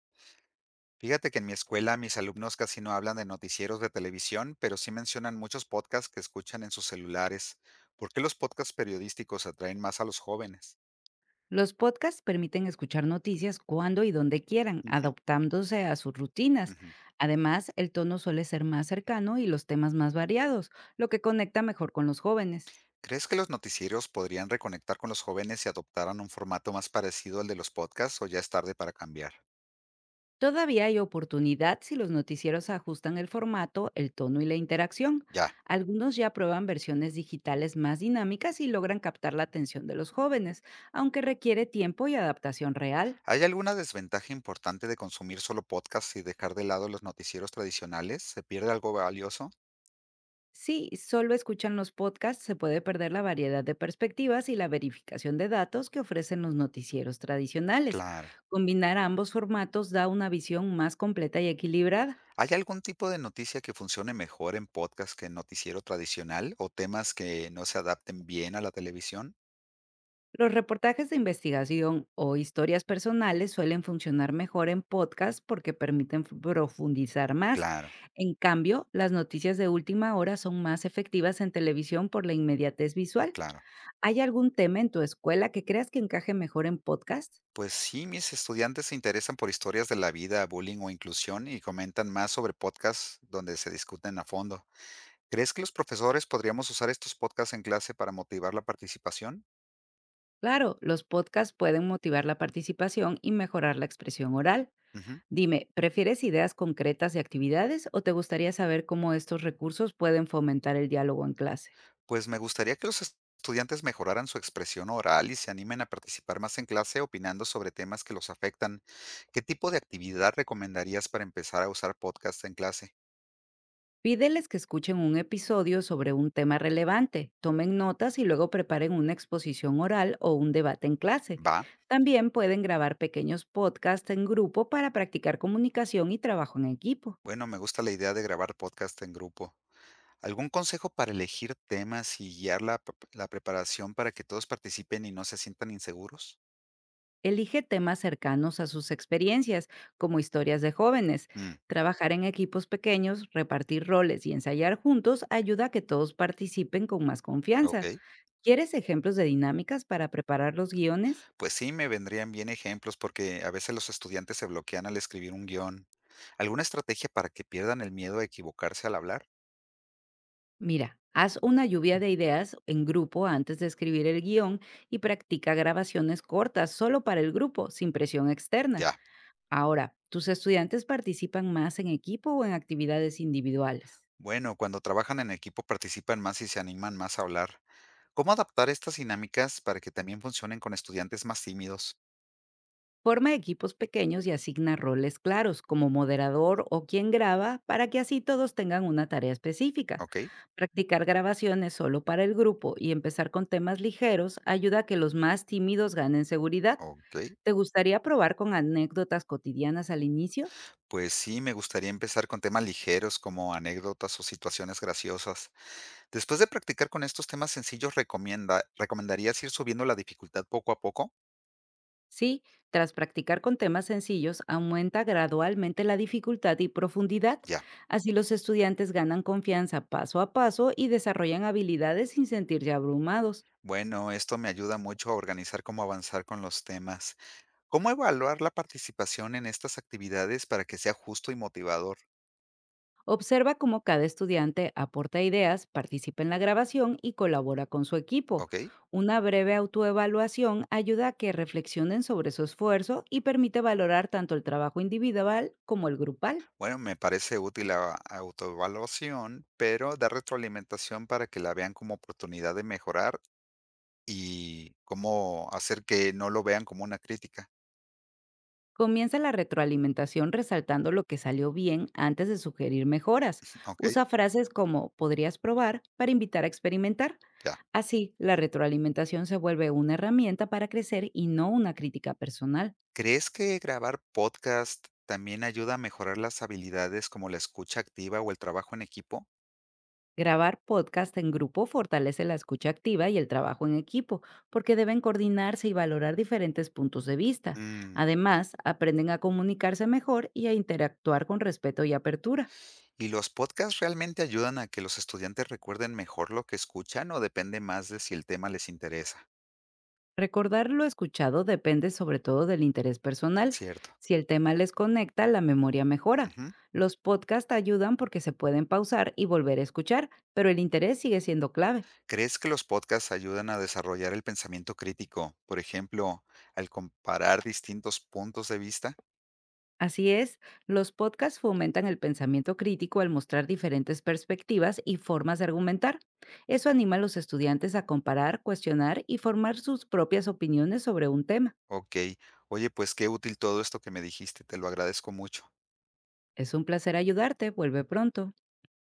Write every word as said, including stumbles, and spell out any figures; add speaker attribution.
Speaker 1: Fíjate que en mi escuela mis alumnos casi no hablan de noticieros de televisión, pero sí mencionan muchos podcasts que escuchan en sus celulares. ¿Por qué los podcasts periodísticos atraen más a los jóvenes?
Speaker 2: Los podcasts permiten escuchar noticias cuando y donde quieran,
Speaker 1: Ujú,
Speaker 2: adaptándose a sus rutinas.
Speaker 1: ujú.
Speaker 2: Además, el tono suele ser más cercano y los temas más variados, lo que conecta mejor con los jóvenes.
Speaker 1: ¿Crees que los noticieros podrían reconectar con los jóvenes si adoptaran un formato más parecido al de los podcasts o ya es tarde para cambiar?
Speaker 2: Todavía hay oportunidad si los noticieros ajustan el formato, el tono y la interacción.
Speaker 1: Ya.
Speaker 2: Algunos ya prueban versiones digitales más dinámicas y logran captar la atención de los jóvenes, aunque requiere tiempo y adaptación real.
Speaker 1: ¿Hay alguna desventaja importante de consumir solo podcasts y dejar de lado los noticieros tradicionales? ¿Se pierde algo valioso?
Speaker 2: Si solo escuchan los podcasts, se puede perder la variedad de perspectivas y la verificación de datos que ofrecen los noticieros tradicionales.
Speaker 1: Claro.
Speaker 2: Combinar ambos formatos da una visión más completa y equilibrada.
Speaker 1: ¿Hay algún tipo de noticia que funcione mejor en podcast que en noticiero tradicional o temas que no se adapten bien a la televisión?
Speaker 2: Los reportajes de investigación o historias personales suelen funcionar mejor en podcast porque permiten f- profundizar más.
Speaker 1: Claro,
Speaker 2: En cambio, las noticias de última hora son más efectivas en televisión por la inmediatez visual.
Speaker 1: claro.
Speaker 2: ¿Hay algún tema en tu escuela que creas que encaje mejor en podcast?
Speaker 1: Pues sí, mis estudiantes se interesan por historias de la vida, bullying o inclusión y comentan más sobre podcasts donde se discuten a fondo. ¿Crees que los profesores podríamos usar estos podcasts en clase para motivar la participación?
Speaker 2: Claro, los podcasts pueden motivar la participación y mejorar la expresión oral.
Speaker 1: Ujú.
Speaker 2: Dime, ¿prefieres ideas concretas de actividades o te gustaría saber cómo estos recursos pueden fomentar el diálogo en clase?
Speaker 1: Pues me gustaría que los es- estudiantes mejoraran su expresión oral y se animen a participar más en clase opinando sobre temas que los afectan. ¿Qué tipo de actividad recomendarías para empezar a usar podcast en clase?
Speaker 2: Pídeles que escuchen un episodio sobre un tema relevante, tomen notas y luego preparen una exposición oral o un debate en clase.
Speaker 1: ¿Va?
Speaker 2: También pueden grabar pequeños podcasts en grupo para practicar comunicación y trabajo en equipo.
Speaker 1: Bueno, me gusta la idea de grabar podcast en grupo. ¿Algún consejo para elegir temas y guiar la, p- la preparación para que todos participen y no se sientan inseguros?
Speaker 2: Elige temas cercanos a sus experiencias, como historias de jóvenes.
Speaker 1: Mm,
Speaker 2: Trabajar en equipos pequeños, repartir roles y ensayar juntos ayuda a que todos participen con más confianza.
Speaker 1: ok.
Speaker 2: ¿Quieres ejemplos de dinámicas para preparar los guiones?
Speaker 1: Pues sí, me vendrían bien ejemplos porque a veces los estudiantes se bloquean al escribir un guión. ¿Alguna estrategia para que pierdan el miedo a equivocarse al hablar?
Speaker 2: Mira, haz una lluvia de ideas en grupo antes de escribir el guión y practica grabaciones cortas solo para el grupo, sin presión externa.
Speaker 1: Ya.
Speaker 2: Ahora, ¿tus estudiantes participan más en equipo o en actividades individuales?
Speaker 1: Bueno, cuando trabajan en equipo participan más y se animan más a hablar. ¿Cómo adaptar estas dinámicas para que también funcionen con estudiantes más tímidos?
Speaker 2: Forma equipos pequeños y asigna roles claros, como moderador o quien graba, para que así todos tengan una tarea específica.
Speaker 1: Ok,
Speaker 2: Practicar grabaciones solo para el grupo y empezar con temas ligeros ayuda a que los más tímidos ganen seguridad.
Speaker 1: ok.
Speaker 2: ¿Te gustaría probar con anécdotas cotidianas al inicio?
Speaker 1: Pues sí, me gustaría empezar con temas ligeros como anécdotas o situaciones graciosas. Después de practicar con estos temas sencillos, recomienda, ¿recomendarías ir subiendo la dificultad poco a poco?
Speaker 2: Sí, tras practicar con temas sencillos, aumenta gradualmente la dificultad y profundidad.
Speaker 1: Ya.
Speaker 2: Así los estudiantes ganan confianza paso a paso y desarrollan habilidades sin sentirse abrumados.
Speaker 1: Bueno, esto me ayuda mucho a organizar cómo avanzar con los temas. ¿Cómo evaluar la participación en estas actividades para que sea justo y motivador?
Speaker 2: Observa cómo cada estudiante aporta ideas, participa en la grabación y colabora con su equipo.
Speaker 1: ¿Ok?
Speaker 2: Una breve autoevaluación ayuda a que reflexionen sobre su esfuerzo y permite valorar tanto el trabajo individual como el grupal.
Speaker 1: Bueno, me parece útil la autoevaluación, pero dar retroalimentación para que la vean como oportunidad de mejorar y cómo hacer que no lo vean como una crítica.
Speaker 2: Comienza la retroalimentación resaltando lo que salió bien antes de sugerir mejoras.
Speaker 1: Ok,
Speaker 2: Usa frases como podrías probar para invitar a experimentar.
Speaker 1: ya.
Speaker 2: Así, la retroalimentación se vuelve una herramienta para crecer y no una crítica personal.
Speaker 1: ¿Crees que grabar podcast también ayuda a mejorar las habilidades como la escucha activa o el trabajo en equipo?
Speaker 2: Grabar podcast en grupo fortalece la escucha activa y el trabajo en equipo, porque deben coordinarse y valorar diferentes puntos de vista.
Speaker 1: Mm,
Speaker 2: Además, aprenden a comunicarse mejor y a interactuar con respeto y apertura.
Speaker 1: ¿y los podcasts realmente ayudan a que los estudiantes recuerden mejor lo que escuchan o depende más de si el tema les interesa?
Speaker 2: Recordar lo escuchado depende sobre todo del interés personal.
Speaker 1: Cierto.
Speaker 2: Si el tema les conecta, la memoria mejora.
Speaker 1: Ujú.
Speaker 2: Los podcasts ayudan porque se pueden pausar y volver a escuchar, pero el interés sigue siendo clave.
Speaker 1: ¿Crees que los podcasts ayudan a desarrollar el pensamiento crítico? Por ejemplo, al comparar distintos puntos de vista.
Speaker 2: Así es, los podcasts fomentan el pensamiento crítico al mostrar diferentes perspectivas y formas de argumentar. Eso anima a los estudiantes a comparar, cuestionar y formar sus propias opiniones sobre un tema.
Speaker 1: Ok, oye, pues qué útil todo esto que me dijiste, te lo agradezco mucho.
Speaker 2: Es un placer ayudarte, vuelve pronto.